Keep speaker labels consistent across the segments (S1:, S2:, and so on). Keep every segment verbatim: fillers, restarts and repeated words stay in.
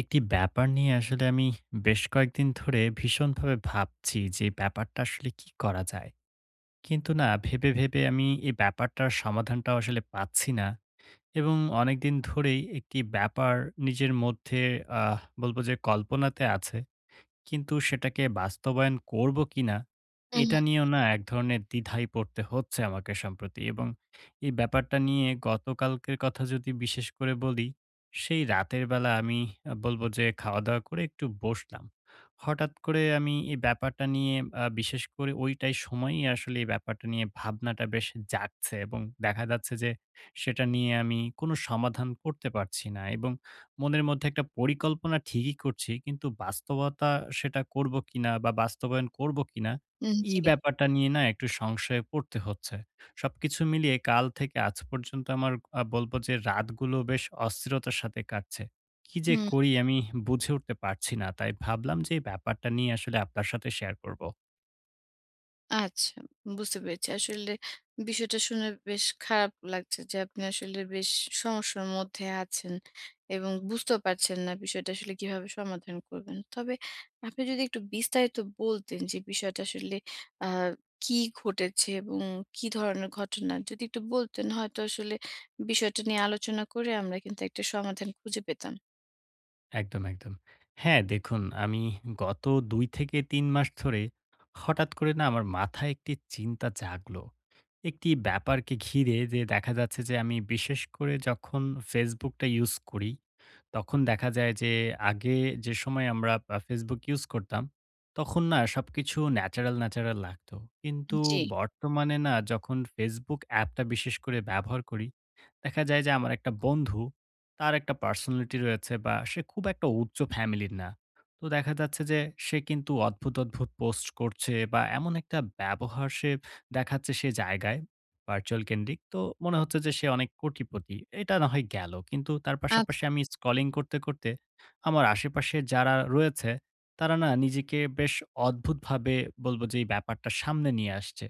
S1: একটি ব্যাপার নিয়ে আসলে আমি বেশ কয়েকদিন ধরে ভীষণভাবে ভাবছি যে ব্যাপারটা আসলে কি করা যায়। কিন্তু না ভেবে, ভেবে আমি এই ব্যাপারটার সমাধানটাও আসলে পাচ্ছি না এবং অনেকদিন ধরেই একটি ব্যাপার নিজের মধ্যে আহ বলব যে কল্পনাতে আছে। কিন্তু সেটাকে বাস্তবায়ন করব কিনা এটা
S2: হুম,
S1: নিয়েও না এক ধরনের দ্বিধায় পড়তে হচ্ছে আমাকে সম্প্রতি। এবং এই ব্যাপারটা নিয়ে গতকালকের কথা যদি বিশেষ করে বলি, সেই রাতের বেলা আমি আহ, বলবো যে খাওয়া দাওয়া করে একটু বসলাম। হঠাৎ করে আমি এই ব্যাপারটা নিয়ে, আহ, বিশেষ করে ওইটাই সময়ই আসলে এই ব্যাপারটা নিয়ে ভাবনাটা বেশ জাগছে এবং দেখা যাচ্ছে যে সেটা নিয়ে আমি কোনো সমাধান করতে পারছি না। এবং মনের মধ্যে একটা পরিকল্পনা ঠিকই করছি, কিন্তু বাস্তবতা সেটা করব কিনা বা বাস্তবায়ন করব কিনা,
S2: হুম।
S1: এই
S2: জি।
S1: ব্যাপারটা নিয়ে না একটু সংশয়ে পড়তে হচ্ছে। সবকিছু মিলিয়ে কাল থেকে আজ পর্যন্ত আমার, আ বলবো যে রাতগুলো বেশ অস্থিরতার সাথে কাটছে। কি যে
S2: হুম,
S1: করি আমি বুঝে উঠতে পারছি না। তাই ভাবলাম যে এই ব্যাপারটা নিয়ে আসলে আপনার সাথে শেয়ার করব।
S2: আচ্ছা। বুঝতে পেরেছি। আসলে বিষয়টা শুনে বেশ খারাপ লাগছে যে আপনি আসলে বেশ সমস্যার মধ্যে আছেন এবং বুঝতেও পারছেন না বিষয়টা আসলে কিভাবে সমাধান করবেন। তবে আপনি যদি একটু বিস্তারিত বলতেন যে বিষয়টা আসলে আ কি ঘটেছে এবং কি ধরনের ঘটনা? যদি একটু বলতেন হয়তো আসলে বিষয়টা নিয়ে আলোচনা করে আমরা কিন্তু একটা সমাধান খুঁজে পেতাম।
S1: একদম, একদম। হ্যাঁ, দেখুন আমি গত দুই থেকে তিন মাস ধরে হঠাৎ করে না আমার মাথায় একটি চিন্তা জাগলো। একটি ব্যাপারকে ঘিরে যে দেখা যাচ্ছে যে আমি বিশেষ করে যখন ফেসবুকটা ইউজ করি, তখন দেখা যায় যে আগে যে সময় আমরা আ ফেসবুক ইউজ করতাম, তখন না সবকিছু ন্যাচারাল, ন্যাচারাল লাগতো। কিন্তু
S2: জি।
S1: বর্তমানে না যখন ফেসবুক অ্যাপটা বিশেষ করে ব্যবহার করি, দেখা যায় যে আমার একটা বন্ধু, তার একটা পার্সোনালিটি রয়েছে বা সে খুব একটা উচ্চ ফ্যামিলির না। তো দেখা যাচ্ছে যে সে কিন্তু অদ্ভুত, অদ্ভুত পোস্ট করছে বা এমন একটা ব্যবহার সে দেখাচ্ছে সে জায়গায় ভার্চুয়াল কেন্দ্রিক। তো মনে হচ্ছে যে সে অনেক কোটিপতি। এটা না হয় গেল। কিন্তু তার পাশাপাশি
S2: আচ্ছা।
S1: আমি স্ক্রলিং করতে, করতে আমার আশেপাশে যারা রয়েছে তারা না নিজেকে বেশ অদ্ভুতভাবে বলব যে এই ব্যাপারটা সামনে নিয়ে আসছে।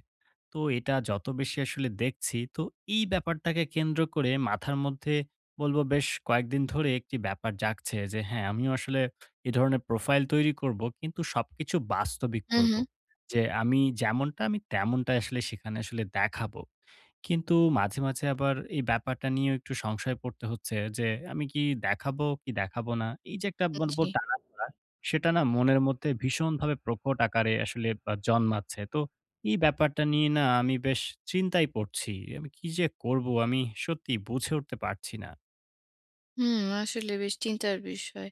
S1: তো এটা যত বেশি আসলে দেখছি তো এই ব্যাপারটাকে কেন্দ্র করে মাথার মধ্যে বলবো বেশ কয়েকদিন ধরে একটি ব্যাপার জাগছে যে হ্যাঁ আমিও আসলে এ ধরনের প্রোফাইল তৈরি করব কিন্তু সবকিছু বাস্তবিক
S2: হুম,
S1: করব,
S2: হুম।
S1: যে আমি যেমনটা আমি তেমনটা আসলে সেখানে আসলে দেখাবো। কিন্তু মাঝে মাঝে আবার এই ব্যাপারটা নিয়ে একটু সংশয় পড়তে হচ্ছে যে আমি কি দেখাবো কি দেখাবো না, এই যে একটা বলবো
S2: জি।
S1: টানা, সেটা না মনের মধ্যে ভীষণভাবে প্রকট আকারে আসলে আহ, জন্মাচ্ছে। তো এই ব্যাপারটা নিয়ে না আমি বেশ চিন্তায় পড়ছি। আমি কি যে করব আমি সত্যিই বুঝে উঠতে পারছি না।
S2: হুম, আসলে বেশ চিন্তার বিষয়।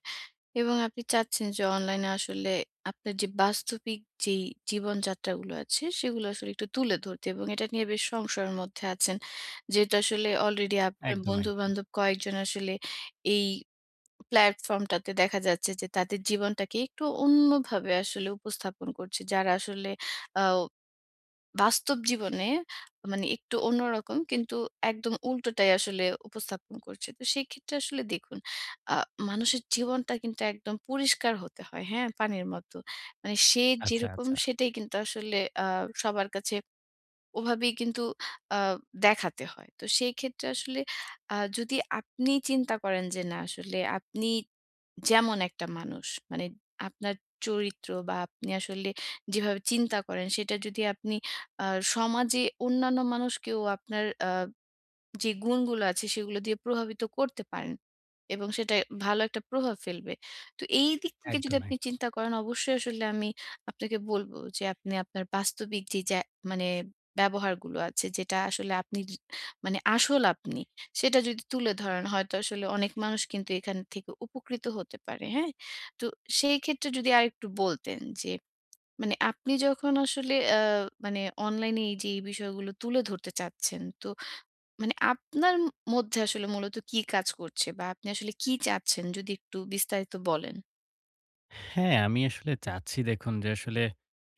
S2: এবং আপনি চাচ্ছেন যে অনলাইনে আসলে আপনার যে বাস্তবিক যেই জীবনযাত্রাগুলো আছে সেগুলো আসলে একটু তুলে ধরতে এবং এটা নিয়ে বেশ সংশয়ের মধ্যে আছেন। যেহেতু আসলে অলরেডি আপনার
S1: একদম, একদম।
S2: বন্ধু-বান্ধব কয়েকজন আসলে এই প্ল্যাটফর্মটাতে দেখা যাচ্ছে যে তাদের জীবনটাকে একটু অন্যভাবে আসলে উপস্থাপন করছে। যারা আসলে আ বাস্তব জীবনে মানে একটু অন্যরকম কিন্তু একদম উল্টোটাই আসলে উপস্থাপন করছে। তো সেই ক্ষেত্রে আসলে দেখুন আ মানুষের জীবনটা কিন্তু একদম পরিষ্কার হতে হয়, হ্যাঁ? পানির মতো। মানে সে
S1: আচ্ছা,
S2: যেরকম
S1: আচ্ছা।
S2: সেটাই কিন্তু আসলে আ সবার কাছে ওভাবেই কিন্তু আ দেখাতে হয়। তো সেই ক্ষেত্রে আসলে আ যদি আপনি চিন্তা করেন যে না আসলে আপনি যেমন একটা মানুষ মানে আপনার চরিত্র বা আপনি আসলে যেভাবে চিন্তা করেন সেটা যদি আপনি আ সমাজে অন্যান্য মানুষকেও আপনার আ যে গুণগুলো আছে সেগুলো দিয়ে প্রভাবিত করতে পারেন এবং সেটা ভালো একটা প্রভাব ফেলবে। তো এই দিক থেকে যদি
S1: একদম,
S2: আপনি
S1: একদম।
S2: চিন্তা করেন অবশ্যই আসলে আমি আপনাকে বলব যে আপনি আপনার বাস্তবিক যে যা মানে ব্যবহারগুলো আছে যেটা আসলে আপনি য মানে আসল আপনি সেটা যদি তুলে ধরেন হয়তো আসলে অনেক মানুষ কিন্তু এখান থেকে উপকৃত হতে পারে, হ্যাঁ? তো সেই ক্ষেত্রে যদি আরেকটু বলতেন যে মানে আপনি যখন আসলে আ মানে অনলাইনে এই যে এই বিষয়গুলো তুলে ধরতে চাচ্ছেন তো মানে আপনার ম মধ্যে আসলে মূলত কি কাজ করছে? বা আপনি আসলে কি চাচ্ছেন যদি একটু বিস্তারিত বলেন?
S1: হ্যাঁ, আমি আসলে চাচ্ছি দেখুন যে আসলে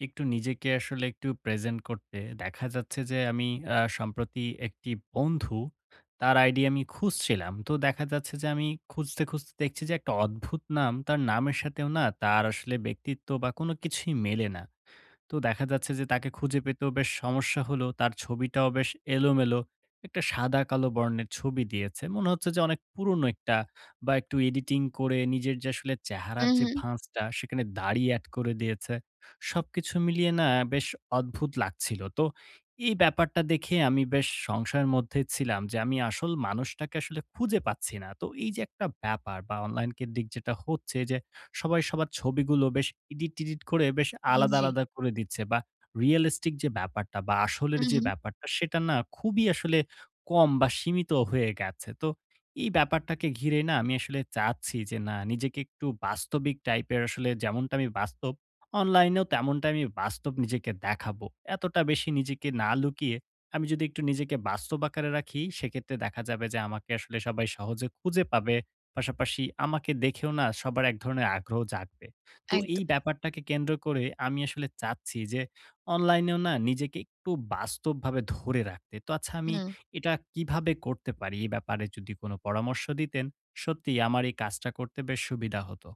S1: একটু নিজেকে আসলে একটু প্রেজেন্ট করতে। দেখা যাচ্ছে যে আমি আ সম্প্রতি একটি বন্ধু, তার আইডি আমি খুঁজছিলাম। তো দেখা যাচ্ছে যে আমি খুঁজতে, খুঁজতে দেখছি যে একটা অদ্ভুত নাম। তার নামের সাথেও না তার আসলে ব্যক্তিত্ব বা কোনো কিছুই মেলে না। তো দেখা যাচ্ছে যে তাকে খুঁজে পেতেও বেশ সমস্যা হলো। তার ছবিটাও বেশ এলোমেলো। একটা সাদা কালো বর্ণের ছবি দিয়েছে। মনে হচ্ছে যে অনেক পুরনো একটা বা একটু এডিটিং করে নিজের যে আসলে চেহারার
S2: হুম,
S1: যে
S2: হুম।
S1: ভাঁজটা সেখানে দাড়ি এড করে দিয়েছে। সবকিছু মিলিয়ে না বেশ অদ্ভুত লাগছিল। তো এই ব্যাপারটা দেখে আমি বেশ সংশয়ের মধ্যে ছিলাম যে আমি আসল মানুষটাকে আসলে খুঁজে পাচ্ছি না। তো এই যে একটা ব্যাপার বা অনলাইন কেন্দ্রিক যেটা হচ্ছে যে সবাই সবার ছবিগুলো বেশ এডিট-টেডিট করে বেশ আলাদা,
S2: জি।
S1: আলাদা করে দিচ্ছে, বা রিয়ালিস্টিক যে ব্যাপারটা বা আসলের
S2: হুম,
S1: যে
S2: হুম।
S1: ব্যাপারটা সেটা না খুবই আসলে কম বা সীমিত হয়ে গেছে। তো এই ব্যাপারটাকে ঘিরে না আমি আসলে চাচ্ছি যে না নিজেকে একটু বাস্তবিক টাইপের আসলে, যেমনটা আমি বাস্তব, অনলাইনেও তেমনটা আমি বাস্তব নিজেকে দেখাবো। এতটা বেশি নিজেকে না লুকিয়ে আমি যদি একটু নিজেকে বাস্তব আকারে রাখি সেক্ষেত্রে দেখা যাবে যে আমাকে আসলে সবাই সহজে খুঁজে পাবে, পাশাপাশি আমাকে দেখেও না সবার এক ধরনের আগ্রহ জাগবে। তো এই
S2: একদম।
S1: ব্যাপারটাকে কেন্দ্র করে আমি আসলে চাচ্ছি যে অনলাইনেও না নিজেকে একটু বাস্তবভাবে ধরে রাখতে। তো আচ্ছা আমি
S2: হুম।
S1: এটা কিভাবে করতে পারি? এই ব্যাপারে যদি কোনো পরামর্শ দিতেন, সত্যিই আমার এই কাজটা করতে বেশ সুবিধা হতো।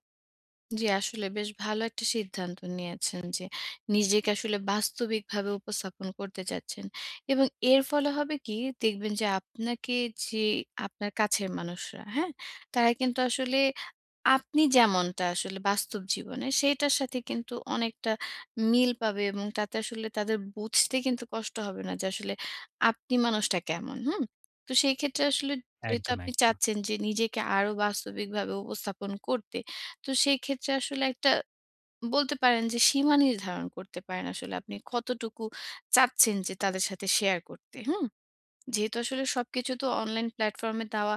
S2: জি, আসলে বেশ ভালো একটা সিদ্ধান্ত নিয়েছেন যে নিজেকে আসলে বাস্তবিকভাবে উপস্থাপন করতে চাচ্ছেন। এবং এর ফলে হবে কি দেখবেন যে আপনাকে যে আপনার কাছের মানুষরা, হ্যাঁ? তারা কিন্তু আসলে আপনি যেমনটা আসলে বাস্তব জীবনে সেইটার সাথে কিন্তু অনেকটা মিল পাবে এবং তাতে আসলে তাদের বুঝতে কিন্তু কষ্ট হবে না যে আসলে আপনি মানুষটা কেমন। হুম? তো সেই ক্ষেত্রে আসলে যেহেতু
S1: একদম,
S2: আপনি
S1: একদম।
S2: চাচ্ছেন যে নিজেকে আরো বাস্তবিকভাবে উপস্থাপন করতে, তো সেই ক্ষেত্রে আসলে একটা বলতে পারেন যে সীমা নির্ধারণ করতে পারেন আসলে আপনি কতটুকু চাচ্ছেন যে তাদের সাথে শেয়ার করতে। হুম? যেহেতু আসলে সবকিছু তো অনলাইন প্ল্যাটফর্ম এ দেওয়া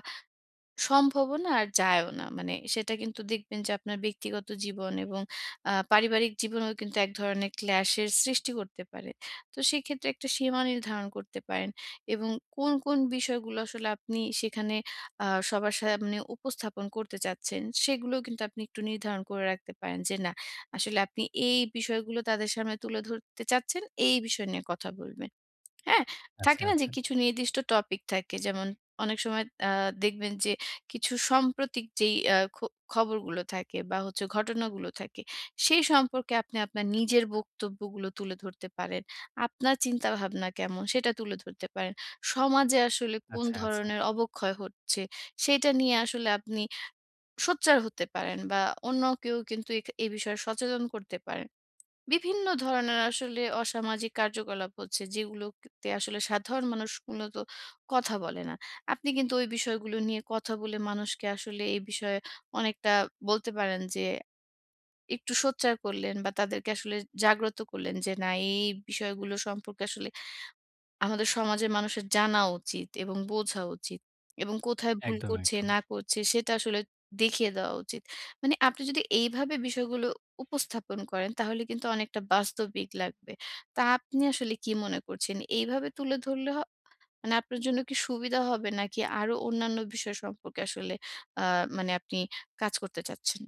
S2: সম্ভবও না আর যায়ও না। মানে সেটা কিন্তু দেখবেন যে আপনার ব্যক্তিগত জীবন এবং আ পারিবারিক জীবনেও কিন্তু এক ধরনের ক্ল্যাশের সৃষ্টি করতে পারে। তো সেক্ষেত্রে একটা সীমা নির্ধারণ করতে পারেন এবং কোন, কোন বিষয়গুলো আসলে আপনি সেখানে আ সবার সামনে উপস্থাপন করতে চাচ্ছেন, সেগুলোও কিন্তু আপনি একটু নির্ধারণ করে রাখতে পারেন যে, না আসলে আপনি এই বিষয়গুলো তাদের সামনে তুলে ধরতে চাচ্ছেন, এই বিষয় নিয়ে কথা বলবেন। হ্যাঁ?
S1: আচ্ছা,
S2: থাকে না যে
S1: আচ্ছা।
S2: কিছু নির্দিষ্ট টপিক থাকে। যেমন অনেক সময় আ দেখবেন যে কিছু সাম্প্রতিক যেই আ খ খবরগুলো থাকে বা হচ্ছে ঘটনাগুলো থাকে, সেই সম্পর্কে আপনি আপনার নিজের বক্তব্যগুলো তুলে ধরতে পারেন। আপনার চিন্তাভাবনা কেমন সেটা তুলে ধরতে পারেন। সমাজে আসলে কোন
S1: আচ্ছা, আচ্ছা।
S2: ধরনের অবক্ষয় হচ্ছে সেটা নিয়ে আসলে আপনি সোচ্চার হতে পারেন বা অন্যকেও কিন্তু এ এই বিষয়ে সচেতন করতে পারেন। বিভিন্ন ধরনের আসলে অসামাজিক কার্যকলাপ হচ্ছে, যেগুলোতে আসলে সাধারণ মানুষ মূলত কথা বলে না। আপনি কিন্তু ওই বিষয়গুলো নিয়ে কথা বলে মানুষকে আসলে এই বিষয়ে অনেকটা বলতে পারেন যে, একটু সোচ্চার করলেন বা তাদেরকে আসলে জাগ্রত করলেন যে, না এই, এই বিষয়গুলো সম্পর্কে আসলে আমাদের সমাজের মানুষের জানা উচিত এবং বোঝা উচিত এবং কোথায় ভুল
S1: একদম,
S2: করছে
S1: একদম।
S2: না করছে সেটা আসলে দেখিয়ে দেওয়া উচিত। মানে আপনি যদি এইভাবে বিষয়গুলো উপস্থাপন করেন তাহলে কিন্তু অনেকটা বাস্তবিক লাগবে। তা আপনি আসলে কি মনে করছেন? এইভাবে তুলে ধরলে হ মানে আপনার জন্য কি সুবিধা হবে নাকি আরো অন্যান্য বিষয় সম্পর্কে আসলে আ মানে আপনি কাজ করতে চাচ্ছেন?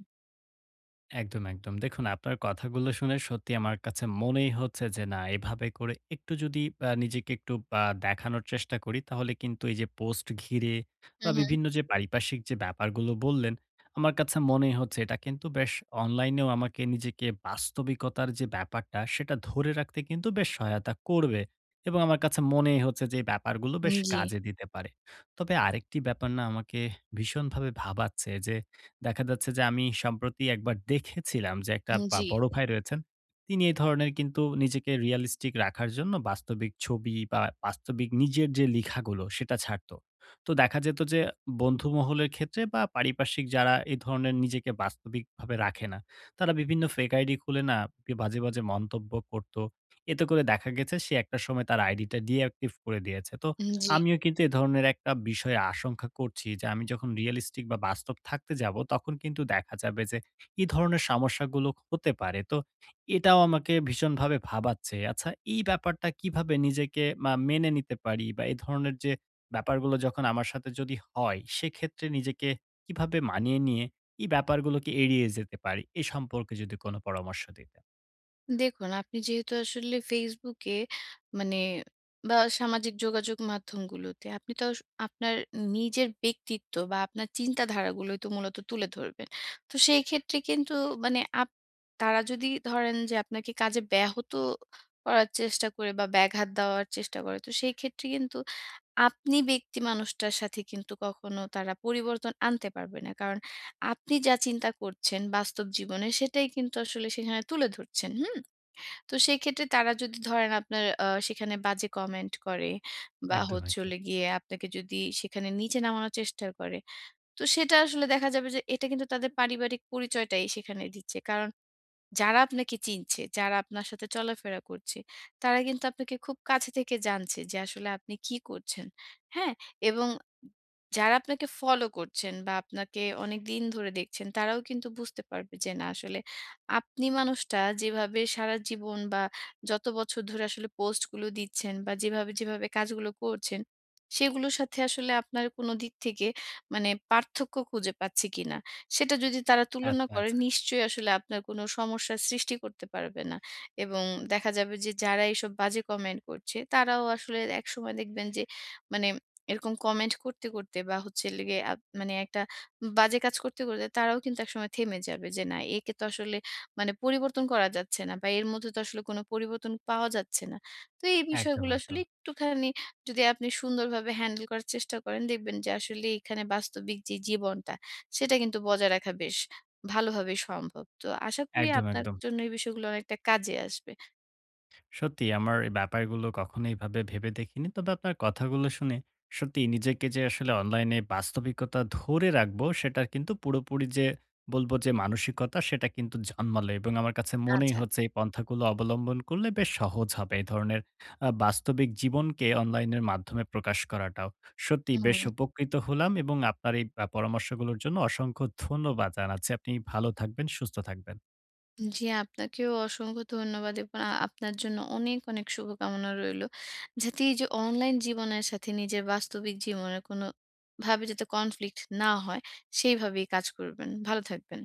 S1: একদম, একদম। দেখুন আপনার কথাগুলো শুনে সত্যি আমার কাছে মনেই হচ্ছে যে না এভাবে করে একটু যদি আ নিজেকে একটু আ দেখানোর চেষ্টা করি তাহলে কিন্তু এই যে পোস্ট ঘিরে
S2: হু,
S1: বা
S2: হু।
S1: বিভিন্ন যে পারিপার্শ্বিক যে ব্যাপারগুলো বললেন, আমার কাছে মনেই হচ্ছে এটা কিন্তু বেশ অনলাইনেও আমাকে নিজেকে বাস্তবিকতার যে ব্যাপারটা সেটা ধরে রাখতে কিন্তু বেশ সহায়তা করবে। এবং আমার কাছে মনেই হচ্ছে যে এই ব্যাপারগুলো বেশ
S2: জি,
S1: কাজে দিতে পারে। তবে আরেকটি ব্যাপার না আমাকে ভীষণভাবে ভাবাচ্ছে যে দেখা যাচ্ছে যে আমি সম্প্রতি একবার দেখেছিলাম যে একটা বা
S2: জি,
S1: বড় ভাই রয়েছেন। তিনি এই ধরনের কিন্তু নিজেকে রিয়ালিস্টিক রাখার জন্য বাস্তবিক ছবি বা বাস্তবিক নিজের যে লিখাগুলো সেটা ছাড়তো। তো দেখা যেত যে বন্ধু মহলের ক্ষেত্রে বা পারিপার্শ্বিক যারা এই ধরনের নিজেকে বাস্তবিকভাবে রাখে না, তারা বিভিন্ন ফেক আইডি খুলে না বি- বাজে, বাজে মন্তব্য করত। এতে করে দেখা গেছে সে একটা সময় তার আইডিটা ডিঅ্যাক্টিভ করে দিয়েছে। তো
S2: জি।
S1: আমিও কিন্তু এ ধরনের একটা বিষয়ে আশঙ্কা করছি যে আমি যখন রিয়ালিস্টিক বা বাস্তব থাকতে যাব তখন কিন্তু দেখা যাবে যে এই ধরনের সমস্যাগুলো হতে পারে। তো এটাও আমাকে ভীষণভাবে ভাবাচ্ছে। আচ্ছা এই ব্যাপারটা কিভাবে নিজেকে মা মেনে নিতে পারি বা এই ধরনের যে ব্যাপারগুলো যখন আমার সাথে যদি হয় সেক্ষেত্রে নিজেকে কিভাবে মানিয়ে নিয়ে এই ব্যাপারগুলোকে এড়িয়ে যেতে পারি? এ সম্পর্কে যদি কোনো পরামর্শ দিতেন।
S2: দেখুন, আপনি যেহেতু আসলে Facebook এ মানে বা সামাজিক যোগাযোগ মাধ্যমগুলোতে আপনি তো আস আপনার নিজের ব্যক্তিত্ব বা আপনার চিন্তাধারাগুলোই তো মূলত তুলে ধরবেন। তো সেই ক্ষেত্রে কিন্তু মানে আপ তারা যদি ধরেন যে আপনাকে কাজে ব্যাহত করার চেষ্টা করে বা ব্যাঘাত দেওয়ার চেষ্টা করে, তো সেই ক্ষেত্রে কিন্তু আপনি ব্যক্তি মানুষটার সাথে কিন্তু কখনো তারা পরিবর্তন আনতে পারবে না। কারণ আপনি যা চিন্তা করছেন বাস্তব জীবনে সেটাই কিন্তু আসলে সেখানে তুলে ধরছেন। হুম? তো সেক্ষেত্রে তারা যদি ধরেন আপনার আ সেখানে বাজে কমেন্ট করে বা
S1: একদম,
S2: হচ্ছে
S1: একদম।
S2: হলো গিয়ে আপনাকে যদি সেখানে নিচে নামানোর চেষ্টা করে, তো সেটা আসলে দেখা যাবে যে এটা কিন্তু তাদের পারিবারিক পরিচয়টাই সেখানে দিচ্ছে। কারণ যারা আপনাকে চিনছে, যারা আপনার সাথে চলাফেরা করছে, তারা কিন্তু আপনাকে খুব কাছে থেকে জানছে যে আসলে আপনি কি করছেন। হ্যাঁ? এবং যারা আপনাকে ফলো করছেন বা আপনাকে অনেকদিন ধরে দেখছেন, তারাও কিন্তু বুঝতে পারবে যে না আসলে আপনি মানুষটা যেভাবে সারা জীবন বা যত বছর ধরে আসলে পোস্ট গুলো দিচ্ছেন বা যেভাবে, যেভাবে কাজগুলো করছেন, সেগুলোর সাথে আসলে আপনার কোন দিক থেকে মানে পার্থক্য খুঁজে পাচ্ছি কিনা। সেটা যদি তারা তুলনা
S1: আচ্ছা,
S2: করে
S1: আচ্ছা।
S2: নিশ্চয়ই আসলে আপনার কোনো সমস্যার সৃষ্টি করতে পারবে না। এবং দেখা যাবে যে যারা এসব বাজে কমেন্ট করছে তারাও আসলে একসময় দেখবেন যে মানে এরকম কমেন্ট করতে, করতে বা হচ্ছে লেগে আপ মানে একটা বাজে কাজ করতে, করতে তারাও কিন্তু একসময় থেমে যাবে যে না একে তো আসলে মানে পরিবর্তন করা যাচ্ছে না বা এর মধ্যে তো আসলে কোনো পরিবর্তন পাওয়া যাচ্ছে না। তো এই
S1: একদম,
S2: বিষয়গুলো আসলে
S1: একদম।
S2: একটুখানি যদি আপনি সুন্দরভাবে হ্যান্ডেল করার চেষ্টা করেন দেখবেন যে আসলে এখানে বাস্তবিক যে জীবনটা সেটা কিন্তু বজায় রাখা বেশ ভালোভাবেই সম্ভব। তো আশা করি
S1: একদম,
S2: আপনার
S1: একদম।
S2: জন্য এই বিষয়গুলো অনেকটা কাজে আসবে।
S1: সত্যি আমার এই ব্যাপারগুলো কখনো এইভাবে ভেবে দেখিনি। তবে আপনার কথাগুলো শুনে সত্যি নিজেকে যে আসলে অনলাইনে বাস্তবিকতা ধরে রাখবো, সেটার কিন্তু পুরোপুরি যে বলব যে মানসিকতা, সেটা কিন্তু জন্মালো এবং আমার কাছে মনেই
S2: আচ্ছা।
S1: হচ্ছে এই পন্থাগুলো অবলম্বন করলে বেশ সহজ হবে এই ধরনের আ বাস্তবিক জীবনকে অনলাইনের মাধ্যমে প্রকাশ করাটাও। সত্যি বেশ
S2: হুম।
S1: উপকৃত হলাম এবং আপনার এই আ পরামর্শগুলোর জন্য অসংখ্য ধন্যবাদ জানাচ্ছি। আপনি ভালো থাকবেন, সুস্থ থাকবেন।
S2: জি, আপনাকেও অসংখ্য ধন্যবাদ এবং আ আপনার জন্য অনেক, অনেক শুভকামনা রইলো। যাতে এই যে অনলাইন জীবনের সাথে নিজের বাস্তবিক জীবনের কোনো ভাবে যাতে কনফ্লিক্ট না হয়, সেইভাবেই কাজ করবেন। ভালো থাকবেন।